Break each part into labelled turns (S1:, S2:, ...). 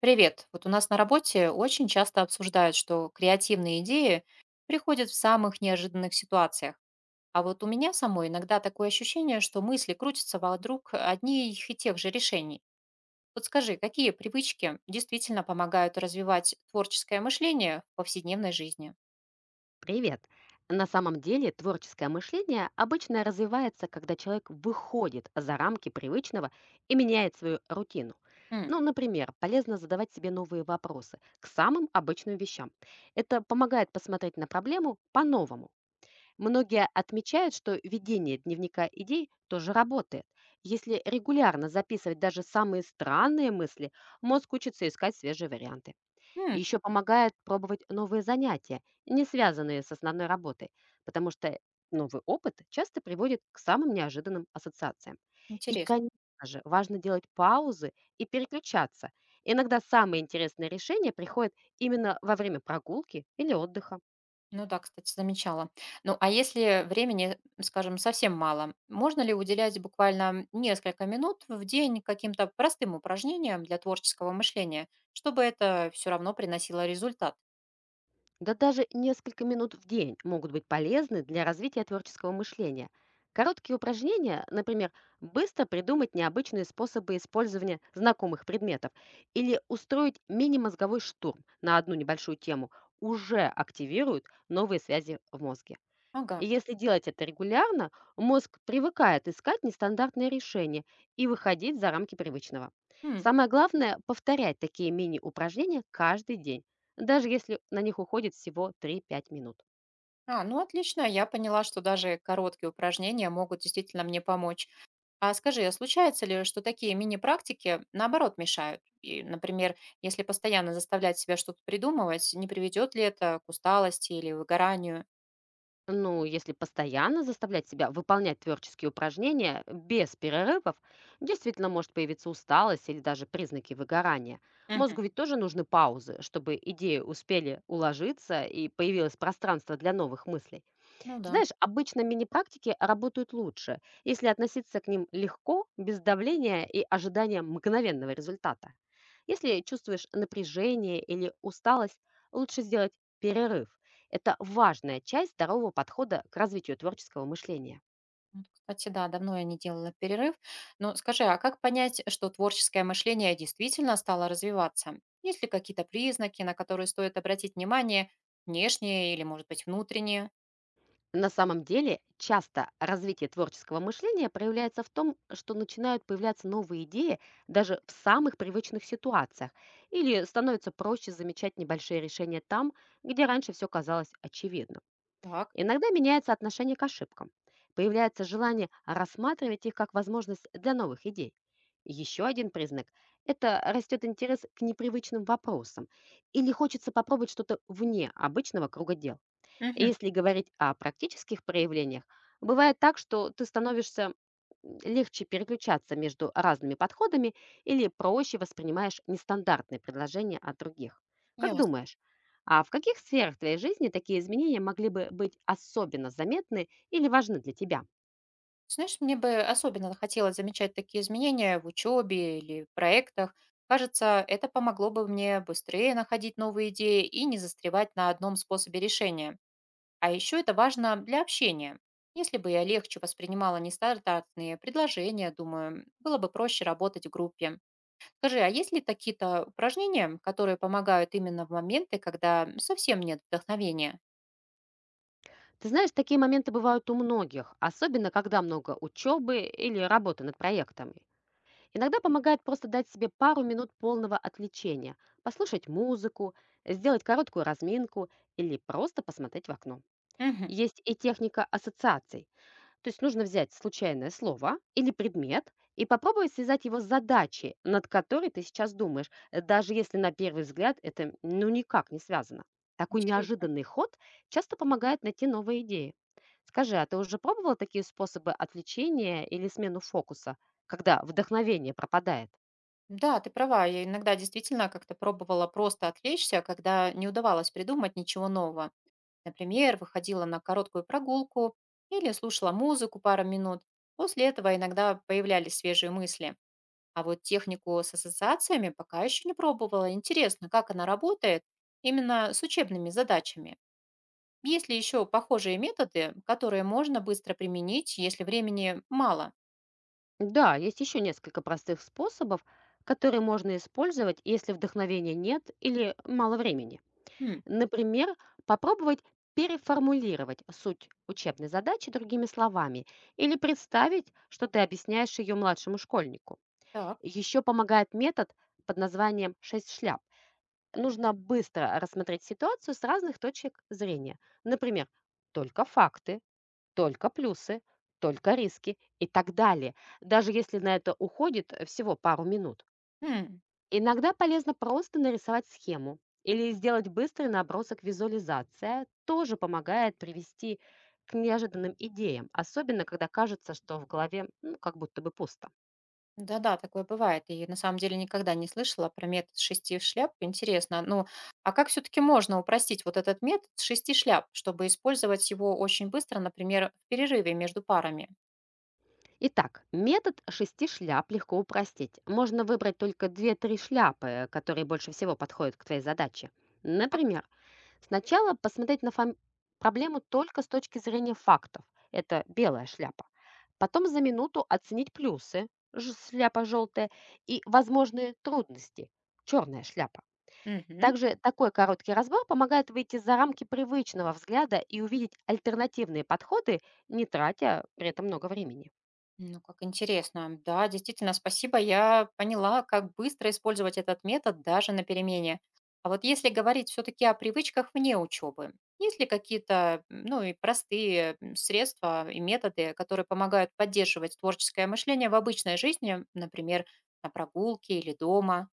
S1: Привет. Вот у нас на работе очень часто обсуждают, что креативные идеи приходят в самых неожиданных ситуациях. А вот у меня самой иногда такое ощущение, что мысли крутятся вокруг одних и тех же решений. Вот скажи, какие привычки действительно помогают развивать творческое мышление в повседневной жизни?
S2: Привет! На самом деле творческое мышление обычно развивается, когда человек выходит за рамки привычного и меняет свою рутину.
S1: М,
S2: Ну, например, полезно задавать себе новые вопросы к самым обычным вещам. Это помогает посмотреть на проблему по-новому. Многие отмечают, что ведение дневника идей тоже работает. Если регулярно записывать даже самые странные мысли, мозг учится искать свежие варианты. И
S1: м,
S2: еще помогает пробовать новые занятия, не связанные с основной работой, потому что новый опыт часто приводит к самым неожиданным ассоциациям. И,
S1: интересно.
S2: конечно же, важно делать паузы и переключаться. Иногда самые интересные решения приходят именно во время прогулки или отдыха.
S1: Ну да, кстати, замечала. Ну, а если времени, скажем, совсем мало, можно ли уделять буквально несколько минут в день каким-то простым упражнениям для творческого мышления, чтобы это все равно приносило результат?
S2: Да даже несколько минут в день могут быть полезны для развития творческого мышления. Короткие упражнения, например, быстро придумать необычные способы использования знакомых предметов или устроить мини-мозговой штурм на одну небольшую тему, уже активируют новые связи в мозге.
S1: Ага.
S2: И если делать это регулярно, мозг привыкает искать нестандартные решения и выходить за рамки привычного.
S1: М.
S2: Самое главное — повторять такие мини-упражнения каждый день, даже если на них уходит всего 3–5 минут.
S1: А, ну отлично, я поняла, что даже короткие упражнения могут действительно мне помочь. А скажи, а случается ли, что такие мини-практики наоборот мешают? И, например, если постоянно заставлять себя что-то придумывать, не приведет ли это к усталости или выгоранию?
S2: Ну, если постоянно заставлять себя выполнять творческие упражнения без перерывов, действительно может появиться усталость или даже признаки выгорания.
S1: Мгм.
S2: Мозгу ведь тоже нужны паузы, чтобы идеи успели уложиться и появилось пространство для новых мыслей.
S1: Ну
S2: Ты
S1: да.
S2: знаешь, обычно мини-практики работают лучше, если относиться к ним легко, без давления и ожидания мгновенного результата. Если чувствуешь напряжение или усталость, лучше сделать перерыв. Это важная часть здорового подхода к развитию творческого мышления.
S1: Вот, кстати, да, давно я не делала перерыв. Но скажи, а как понять, что творческое мышление действительно стало развиваться? Есть ли какие-то признаки, на которые стоит обратить внимание, внешние или, может быть, внутренние?
S2: На самом деле, часто развитие творческого мышления проявляется в том, что начинают появляться новые идеи даже в самых привычных ситуациях, или становится проще замечать небольшие решения там, где раньше все казалось очевидным.
S1: Так,
S2: Иногда меняется отношение к ошибкам, появляется желание рассматривать их как возможность для новых идей. Еще один признак — это растет интерес к непривычным вопросам, или хочется попробовать что-то вне обычного круга дел. И
S1: мгм,
S2: если говорить о практических проявлениях, бывает так, что ты становишься легче переключаться между разными подходами или проще воспринимаешь нестандартные предложения от других. Как
S1: ясно.
S2: думаешь, а в каких сферах твоей жизни такие изменения могли бы быть особенно заметны или важны для тебя?
S1: Знаешь, мне бы особенно хотелось замечать такие изменения в учебе или в проектах. Кажется, это помогло бы мне быстрее находить новые идеи и не застревать на одном способе решения. А еще это важно для общения. Если бы я легче воспринимала нестандартные предложения, думаю, было бы проще работать в группе. Скажи, а есть ли какие-то упражнения, которые помогают именно в моменты, когда совсем нет вдохновения?
S2: Ты знаешь, такие моменты бывают у многих, особенно когда много учебы или работы над проектами. Иногда помогает просто дать себе пару минут полного отвлечения, послушать музыку, сделать короткую разминку или просто посмотреть в окно.
S1: Мгм.
S2: Есть и техника ассоциаций. То есть нужно взять случайное слово или предмет и попробовать связать его с задачей, над которой ты сейчас думаешь, даже если на первый взгляд это ну никак не связано. Такой
S1: Интересно.
S2: неожиданный ход часто помогает найти новые идеи. Скажи, а ты уже пробовала такие способы отвлечения или смену фокуса, когда вдохновение пропадает?
S1: Да, ты права. Я иногда действительно как-то пробовала просто отвлечься, когда не удавалось придумать ничего нового. Например, выходила на короткую прогулку или слушала музыку пару минут. После этого иногда появлялись свежие мысли. А вот технику с ассоциациями пока еще не пробовала. Интересно, как она работает именно с учебными задачами. Есть ли еще похожие методы, которые можно быстро применить, если времени мало?
S2: Да, есть еще несколько простых способов, которые можно использовать, если вдохновения нет или мало времени.
S1: Хм,
S2: Например, попробовать переформулировать суть учебной задачи другими словами или представить, что ты объясняешь ее младшему школьнику.
S1: так.
S2: Еще помогает метод под названием «6 шляп». Нужно быстро рассмотреть ситуацию с разных точек зрения. Например, только факты, только плюсы, только риски и так далее, даже если на это уходит всего пару минут.
S1: М,
S2: Иногда полезно просто нарисовать схему или сделать быстрый набросок визуализация, тоже помогает привести к неожиданным идеям, особенно когда кажется, что в голове ну, как будто бы пусто.
S1: Да-да, такое бывает. И на самом деле никогда не слышала про метод шести шляп. Интересно. Ну, а как все-таки можно упростить вот этот метод шести шляп, чтобы использовать его очень быстро, например, в перерыве между парами?
S2: Итак, метод 6 шляп легко упростить. Можно выбрать только 2–3 шляпы, которые больше всего подходят к твоей задаче.
S1: Так?
S2: Например, сначала посмотреть на проблему только с точки зрения фактов. Это белая шляпа. Потом за минуту оценить плюсы, шляпа желтая, и возможные трудности, черная шляпа.
S1: Мгм.
S2: Также такой короткий разбор помогает выйти за рамки привычного взгляда и увидеть альтернативные подходы, не тратя при этом много времени.
S1: Ну, как интересно. Да, действительно, спасибо. Я поняла, как быстро использовать этот метод даже на перемене. А вот если говорить все-таки о привычках вне учебы, есть ли какие-то, ну, и простые средства и методы, которые помогают поддерживать творческое мышление в обычной жизни, например, на прогулке или дома?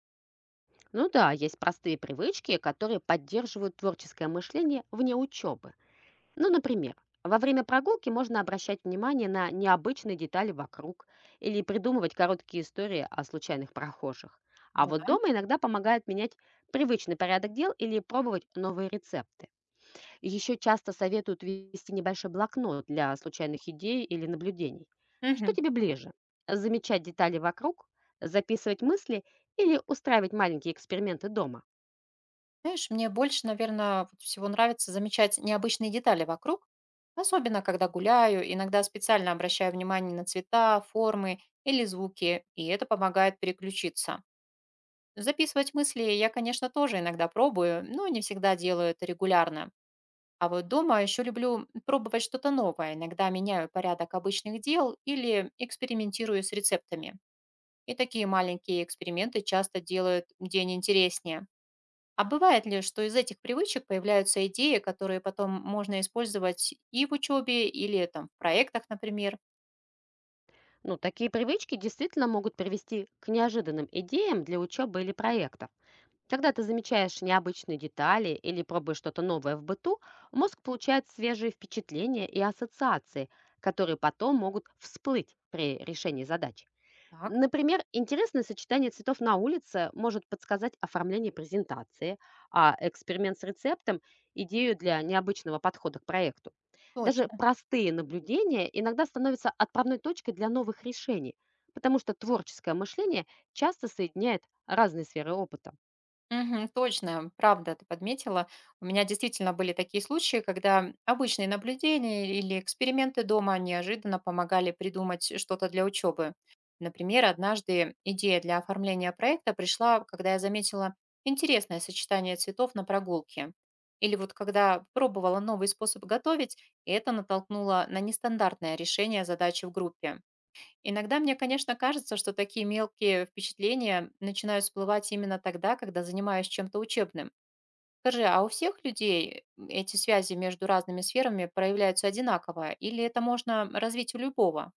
S2: Ну да, есть простые привычки, которые поддерживают творческое мышление вне учебы. Ну, например, во время прогулки можно обращать внимание на необычные детали вокруг или придумывать короткие истории о случайных прохожих. А
S1: Да.
S2: вот дома иногда помогает менять привычный порядок дел или пробовать новые рецепты. Еще часто советуют вести небольшой блокнот для случайных идей или наблюдений. Что
S1: Мгм.
S2: тебе ближе? Замечать детали вокруг, записывать мысли или устраивать маленькие эксперименты дома?
S1: Знаешь, мне больше, наверное, всего нравится замечать необычные детали вокруг, особенно когда гуляю, иногда специально обращаю внимание на цвета, формы или звуки, и это помогает переключиться. Записывать мысли я, конечно, тоже иногда пробую, но не всегда делаю это регулярно. А вот дома еще люблю пробовать что-то новое, иногда меняю порядок обычных дел или экспериментирую с рецептами. И такие маленькие эксперименты часто делают день интереснее. А бывает ли, что из этих привычек появляются идеи, которые потом можно использовать и в учебе, или там в проектах, например?
S2: Ну, такие привычки действительно могут привести к неожиданным идеям для учебы или проектов. Когда ты замечаешь необычные детали или пробуешь что-то новое в быту, мозг получает свежие впечатления и ассоциации, которые потом могут всплыть при решении задач.
S1: Так,
S2: Например, интересное сочетание цветов на улице может подсказать оформление презентации, а эксперимент с рецептом — идею для необычного подхода к проекту. Даже
S1: точно.
S2: простые наблюдения иногда становятся отправной точкой для новых решений, потому что творческое мышление часто соединяет разные сферы опыта.
S1: Мгм. Точно, правда, ты подметила. У меня действительно были такие случаи, когда обычные наблюдения или эксперименты дома неожиданно помогали придумать что-то для учебы. Например, однажды идея для оформления проекта пришла, когда я заметила интересное сочетание цветов на прогулке. Или вот когда пробовала новый способ готовить, и это натолкнуло на нестандартное решение задачи в группе. Иногда мне, конечно, кажется, что такие мелкие впечатления начинают всплывать именно тогда, когда занимаюсь чем-то учебным. Скажи, а у всех людей эти связи между разными сферами проявляются одинаково, или это можно развить у любого?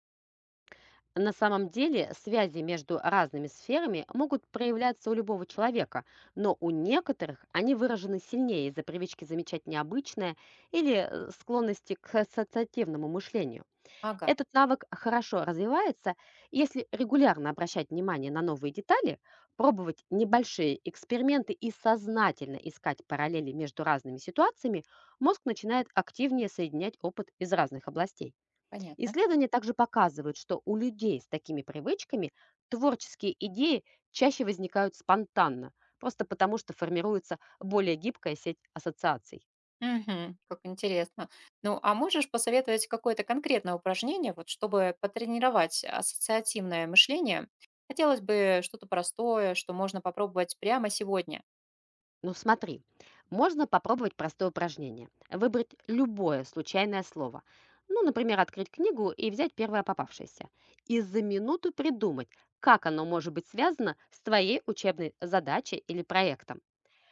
S2: На самом деле связи между разными сферами могут проявляться у любого человека, но у некоторых они выражены сильнее из-за привычки замечать необычное или склонности к ассоциативному мышлению.
S1: Ага,
S2: Этот навык хорошо развивается, если регулярно обращать внимание на новые детали, пробовать небольшие эксперименты и сознательно искать параллели между разными ситуациями, мозг начинает активнее соединять опыт из разных областей.
S1: понятно.
S2: Исследования также показывают, что у людей с такими привычками творческие идеи чаще возникают спонтанно, просто потому что формируется более гибкая сеть ассоциаций.
S1: Угу, как интересно. Ну, а можешь посоветовать какое-то конкретное упражнение, вот, чтобы потренировать ассоциативное мышление? Хотелось бы что-то простое, что можно попробовать прямо сегодня.
S2: Ну смотри, можно попробовать простое упражнение. Выбрать любое случайное слово. Ну, например, открыть книгу и взять первое попавшееся. И за минуту придумать, как оно может быть связано с твоей учебной задачей или проектом.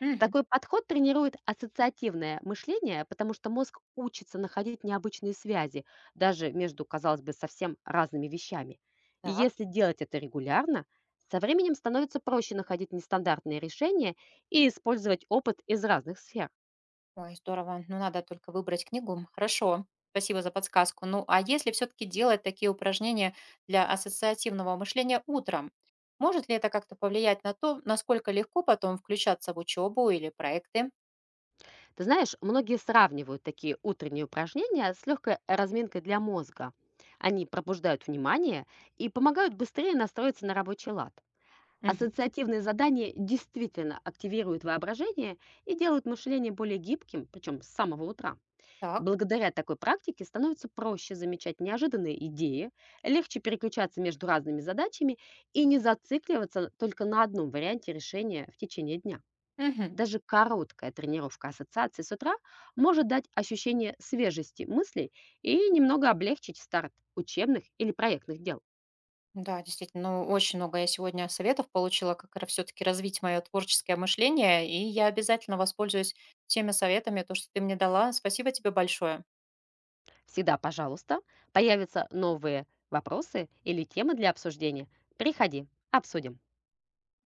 S1: Угу.
S2: Такой подход тренирует ассоциативное мышление, потому что мозг учится находить необычные связи, даже между, казалось бы, совсем разными вещами. И
S1: Так.
S2: если делать это регулярно, со временем становится проще находить нестандартные решения и использовать опыт из разных сфер.
S1: Ой, здорово. Ну, надо только выбрать книгу. Хорошо. Спасибо за подсказку. Ну, а если все-таки делать такие упражнения для ассоциативного мышления утром, может ли это как-то повлиять на то, насколько легко потом включаться в учебу или проекты?
S2: Ты знаешь, многие сравнивают такие утренние упражнения с легкой разминкой для мозга. Они пробуждают внимание и помогают быстрее настроиться на рабочий лад.
S1: Мгм.
S2: Ассоциативные задания действительно активируют воображение и делают мышление более гибким, причем с самого утра.
S1: Так.
S2: Благодаря такой практике становится проще замечать неожиданные идеи, легче переключаться между разными задачами и не зацикливаться только на одном варианте решения в течение дня.
S1: Мгм.
S2: Даже короткая тренировка ассоциации с утра может дать ощущение свежести мыслей и немного облегчить старт учебных или проектных дел.
S1: Да, действительно, ну, очень много я сегодня советов получила, как все-таки развить мое творческое мышление, и я обязательно воспользуюсь теми советами, то, что ты мне дала. Спасибо тебе большое.
S2: Всегда, пожалуйста, появятся новые вопросы или темы для обсуждения. Приходи, обсудим.